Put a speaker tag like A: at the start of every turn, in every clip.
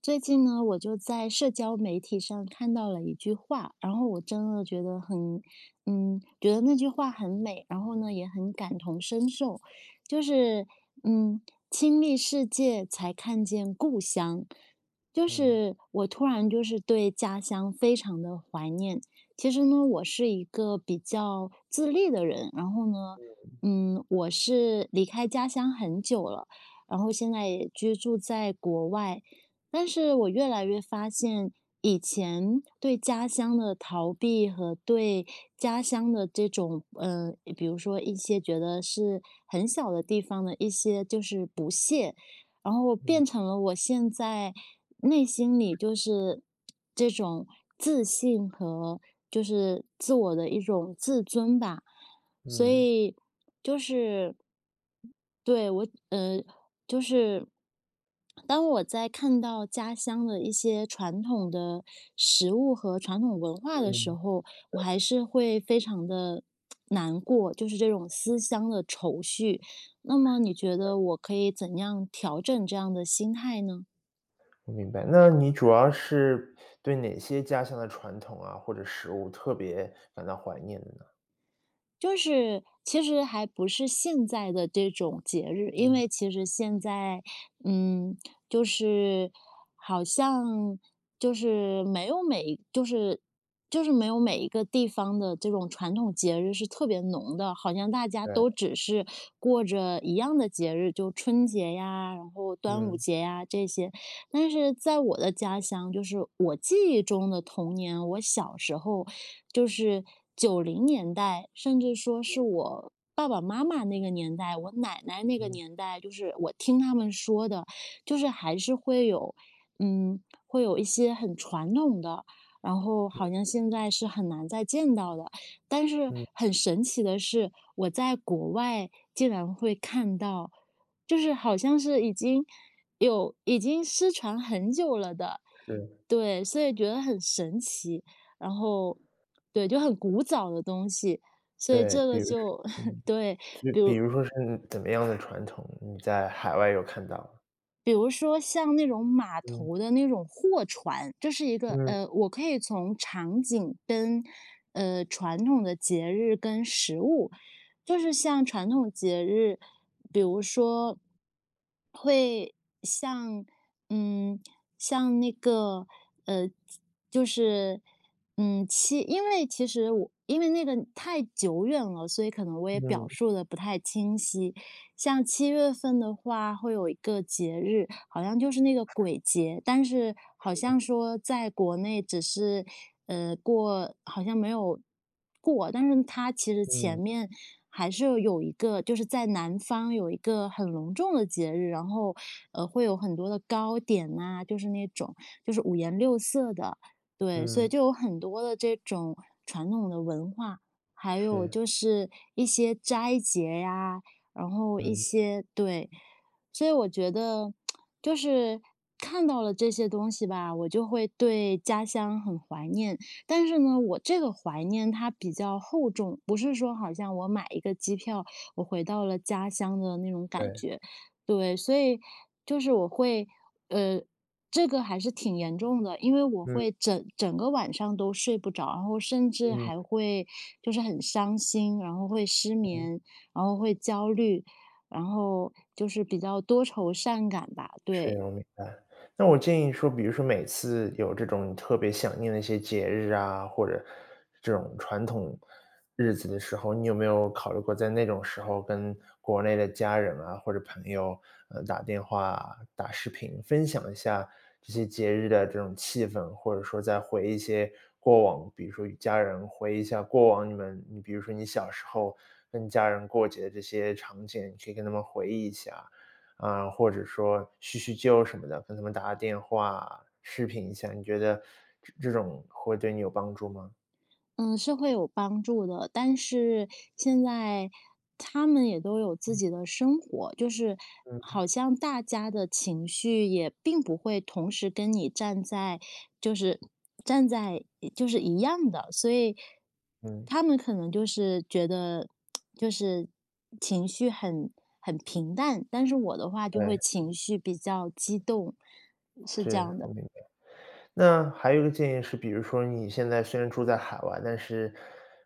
A: 最近呢，我就在社交媒体上看到了一句话，然后我真的觉得那句话很美，然后呢也很感同身受，就是，嗯，亲历世界才看见故乡，就
B: 嗯，
A: 是我突然就是对家乡非常的怀念。其实呢，我是一个比较自立的人，然后呢，
B: 嗯
A: 我是离开家乡很久了，然后现在也居住在国外。但是我越来越发现，以前对家乡的逃避和对家乡的这种，比如说一些觉得是很小的地方的一些就是不屑，然后变
B: 嗯
A: 成了我现在内心里就是这种自信和就是自我的一种自尊吧。所
B: 嗯
A: 以就是对，就是当我在看到家乡的一些传统的食物和传统文化的时
B: 嗯，
A: 候，我还是会非常的难过，就是这种思乡的愁绪。那么你觉得我可以怎样调整这样的心态呢？
B: 我明白。那你主要是对哪些家乡的传统啊，或者食物特别感到怀念的呢？
A: 就是其实还不是现在的这种节日，因
B: 嗯，
A: 为其实现在，嗯，就是好像就是没有每就是就是没有每一个地方的这种传统节日是特别浓的，好像大家
B: 对，
A: 都只是过着一样的节日，就春节呀，然后端午
B: 嗯
A: 节呀这些。但是在我的家乡，就是我记忆中的童年，我小时候就是90年代，甚至说是
B: 嗯
A: 我爸爸妈妈那个年代，我奶奶那个
B: 嗯
A: 年代，就是我听他们说的，就是还是会有，嗯，会有一些很传统的，然后好像现在是很难再见到的。但是
B: 嗯，
A: 很神奇的是，我在国外竟然会看到，就是好像是已经失传很久了的。
B: 是，
A: 对，所以觉得很神奇，然后对，就很古早的东西，所以
B: 对，
A: 这
B: 比
A: 个
B: 如
A: 就
B: 嗯，
A: 对，比如
B: 比如说是怎么样的传统，你在海外有看到？
A: 比如说像那种码头
B: 嗯
A: 的那种货船，这是一个，
B: 嗯
A: 我可以从场景跟传统的节日跟食物，就是像传统节日，比如说会像嗯像那个呃就是嗯七，因为其实我因为那个太久远了，所以可能我也表
B: 嗯
A: 述的不太清晰。像七月份的话，会有一个节日，好像就是那个鬼节，但是好像说在国内只是，好像没有过，但是它其实前
B: 嗯
A: 面还是有一个，就是在南方有一个很隆重的节日，然后，会有很多的糕点呐、就是那种就是五颜六色的，对，所以
B: 嗯，
A: 就有很多的这种传统的文化。还有
B: 是，
A: 就是一些斋节呀，然后一
B: 嗯，
A: 些，对，所以我觉得就是看到了这些东西吧，我就会对家乡很怀念。但是呢，我这个怀念它比较厚重，不是说好像我买一个机票，我回到了家乡的那种感
B: 对，
A: 觉。对，所以就是我会，呃，这个还是挺严重的，因为我
B: 嗯
A: 会整整个晚上都睡不着，然后甚至还
B: 嗯
A: 会就是很伤心，然后会失
B: 嗯。
A: 眠。然后会焦虑，然后就是比较多愁善感吧，
B: 是，
A: 对。
B: 我明白。那我建议说，比如说每次有这种特别想念的一些节日啊，或者这种传统日子的时候，你有没有考虑过在那种时候跟国内的家人啊，或者朋友，打电话啊、打视频，分享一下这些节日的这种气氛，或者说再回一些过往，比如说与家人回忆一下过往你们,你比如说你小时候跟家人过节的这些场景，你可以跟他们回忆一下。啊，或者说叙叙旧什么的，跟他们打个电话，视频一下，你觉得这种会对你有帮助吗？
A: 嗯，是会有帮助的，但是现在他们也都有自己的生活，就是
B: 嗯。
A: 好像大家的情绪也并不会同时跟你站在，就是站在就是一样的，所以
B: 嗯，
A: 他们可能就是觉得就是情绪很平淡，但是我的话就会
B: 对，
A: 情绪比较激动，是这
B: 是，
A: 样的。
B: 那还有一个建议是，比如说你现在虽然住在海外，但是，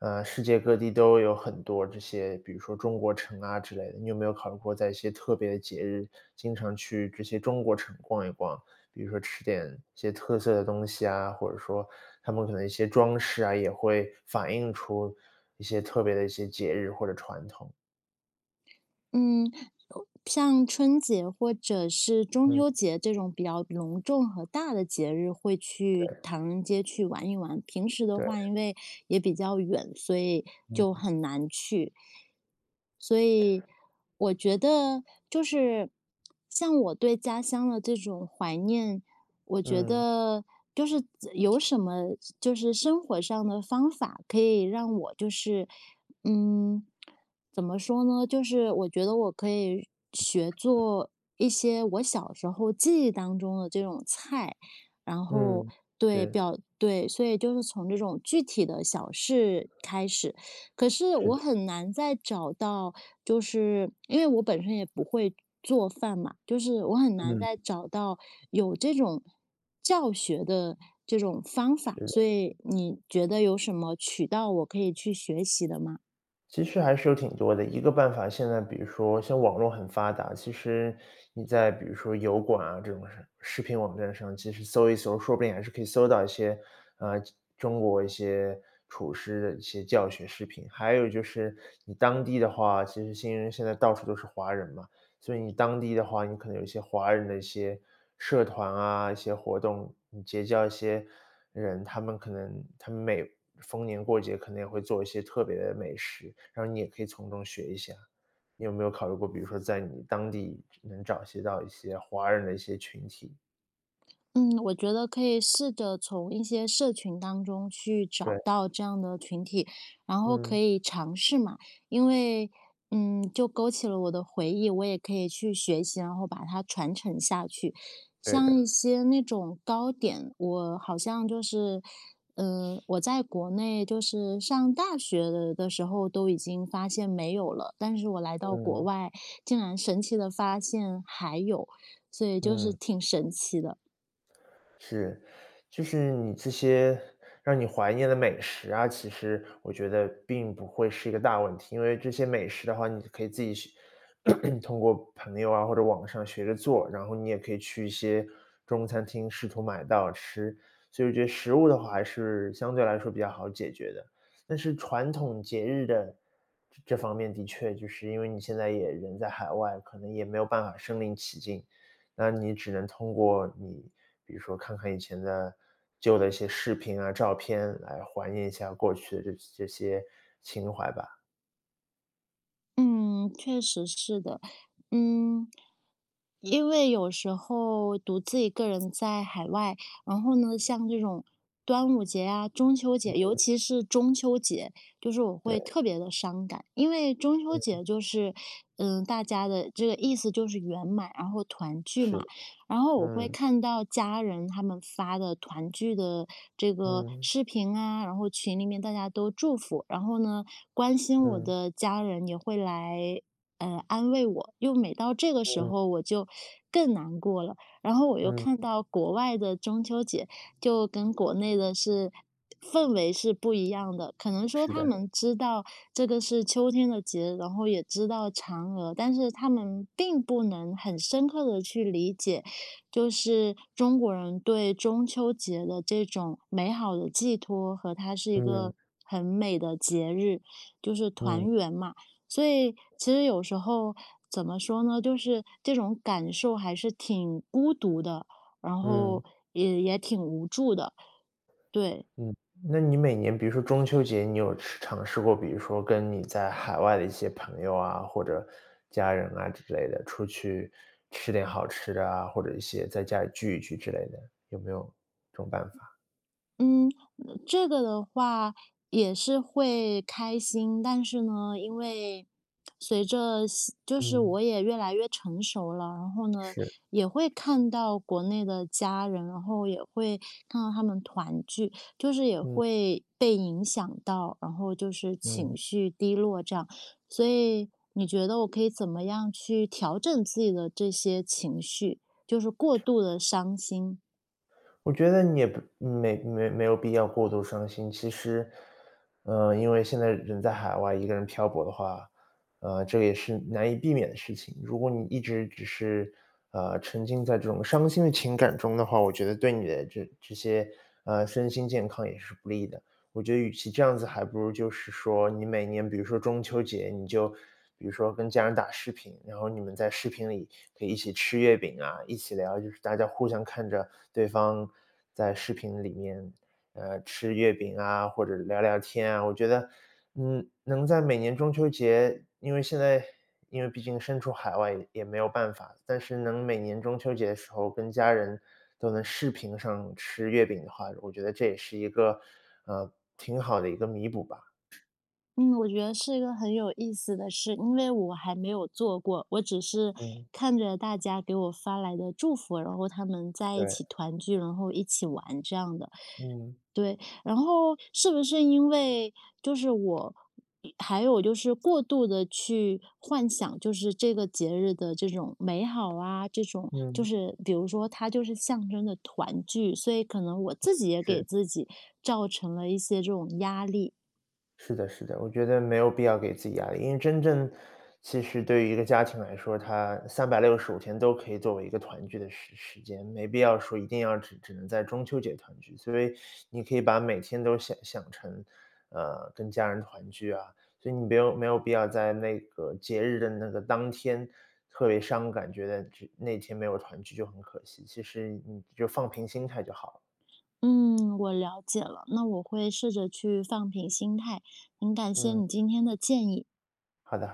B: 呃，世界各地都有很多这些，比如说中国城啊之类的，你有没有考虑过在一些特别的节日，经常去这些中国城逛一逛？比如说吃点一些特色的东西啊，或者说他们可能一些装饰啊，也会反映出一些特别的一些节日或者传统。
A: 嗯，像春节或者是中
B: 嗯，
A: 秋节这种比较隆重和大的节日，会去唐人街去玩一玩。平时的
B: 对，
A: 话，因为也比较远，所以就
B: 嗯。
A: 很难去。所以我觉得，就是像我对家乡的这种怀念，我觉
B: 嗯
A: 得就是有什么就是生活上的方法，可以让我就是，嗯，怎么说呢？就是我觉得我可以学做一些我小时候记忆当中的这种菜，然后
B: 嗯，
A: 对
B: 是
A: 表对，所以就是从这种具体的小事开始。可是
B: 是
A: 我
B: 的，
A: 很难再找到，就是因为我本身也不会做饭嘛，就是我很难
B: 嗯，
A: 再找到有这种教学的这种方法。
B: 是。
A: 所
B: 的。
A: 以你觉得有什么渠道我可以去学习的吗？
B: 其实还是有挺多的。一个办法，现在比如说像网络很发达，其实你在比如说油管啊这种视频网站上，其实搜一搜，说不定还是可以搜到一些，呃，中国一些厨师的一些教学视频。还有就是你当地的话，其实新人现在到处都是华人嘛，所以你当地的话，你可能有一些华人的一些社团啊，一些活动，你结交一些人，他们可能每逢年过节可能也会做一些特别的美食，然后你也可以从中学一下。你有没有考虑过，比如说在你当地能找些到一些华人的一些群体？
A: 嗯，我觉得可以试着从一些社群当中去找
B: 对，
A: 到这样的群体，然后可
B: 嗯，
A: 以尝试嘛，因为，就勾起了我的回忆，我也可以去学习，然后把它传承下去。
B: 对
A: 像
B: 的，
A: 一些那种糕点，我好像就是，我在国内就是上大学的时候都已经发现没有了，但是我来到国
B: 嗯，
A: 外，竟然神奇的发现还有，所以就是
B: 嗯。
A: 挺神奇的。
B: 是，就是你这些让你怀念的美食啊，其实我觉得并不会是一个大问题，因为这些美食的话，你可以自己学 通过朋友啊或者网上学着做，然后你也可以去一些中餐厅试图买到吃，所以我觉得食物的话还是相对来说比较好解决的。但是传统节日的这方面的确就是因为你现在也人在海外，可能也没有办法身临其境，那你只能通过你比如说看看以前的旧的一些视频啊、照片来怀念一下过去的这些情怀吧。
A: 嗯，确实是的。嗯，因为有时候独自一个人在海外，然后呢，像这种端午节啊、中秋节，
B: 嗯，
A: 尤其是中秋节，就是我
B: 对，
A: 会特别的伤感，因为中秋
B: 嗯，
A: 节就是，大家的这个意思就是圆满，然后团聚
B: 是
A: 嘛。
B: 的，
A: 然后我会
B: 嗯，
A: 看到家人他们发的团聚的这个
B: 嗯，
A: 视频啊，然后群里面大家都祝福，然后呢，关心我
B: 嗯，
A: 的家人也会来，安慰我。又每到这个时
B: 嗯，
A: 候，我就更难过了。然后我又
B: 嗯，
A: 看到国外的中秋节，就跟国内的是氛围是不一样的。可能说
B: 是
A: 他
B: 的，
A: 们知道这个是秋天的节，然后也知道嫦娥，但是他们并不能很深刻的去理解就是中国人对中秋节的这种美好的寄托和它是一个
B: 嗯，
A: 很美的节日，就是团
B: 嗯，
A: 圆嘛。所以其实有时候怎么说呢，就是这种感受还是挺孤独的，然
B: 嗯。
A: 后也挺无助的，对。
B: 嗯，那你每年比如说中秋节，你有尝试过，比如说跟你在海外的一些朋友啊，或者家人啊之类的，出去吃点好吃的啊，或者一些在家里聚一聚之类的，有没有这种办法？
A: 嗯，这个的话也是会开心，但是呢，因为随着西就是
B: 嗯，
A: 我也越来越成熟了，然后呢，
B: 是，
A: 也会看到国内的家人，然后也会看到他们团聚，就是也
B: 嗯
A: 会被影响到，然后就是情
B: 嗯。
A: 绪低落这样。所以你觉得我可以怎么样去调整自己的这些情绪，就是过度的伤心？
B: 我觉得你也不没没没有必要过度伤心。其实，因为现在人在海外一个人漂泊的话，这也是难以避免的事情。如果你一直只是，沉浸在这种伤心的情感中的话，我觉得对你的这些，身心健康也是不利的。我觉得与其这样子，还不如就是说，你每年比如说中秋节，你就比如说跟家人打视频，然后你们在视频里可以一起吃月饼啊，一起聊，就是大家互相看着对方在视频里面，吃月饼啊，或者聊聊天啊。我觉得，嗯，能在每年中秋节，因为毕竟身处海外也没有办法，但是能每年中秋节的时候跟家人都能视频上吃月饼的话，我觉得这也是一个，呃，挺好的一个弥补吧。
A: 嗯，我觉得是一个很有意思的事，因为我还没有做过，我只是
B: 嗯，
A: 看着大家给我发来的祝福，然后他们在一
B: 对，
A: 起团聚，然后一起玩这样的。
B: 嗯，
A: 对，然后是不是因为就是我，还有就是过度的去幻想，就是这个节日的这种美好啊，这种就
B: 嗯，
A: 是比如说它就是象征的团聚，所以可能我自己也给
B: 是。
A: 自己造成了一些这种压力。
B: 是的，是的，我觉得没有必要给自己压力，因为真正对于一个家庭来说，它365天都可以作为一个团聚的时间，没必要说一定要只能在中秋节团聚。所以你可以把每天都想成，跟家人团聚啊，所以你没有必要在那个节日的那个当天特别伤感，觉得只那天没有团聚就很可惜，其实你就放平心态就好了。
A: 嗯，我了解了，那我会试着去放平心态。很感谢
B: 嗯，
A: 你今天的建议。
B: 好的，好的。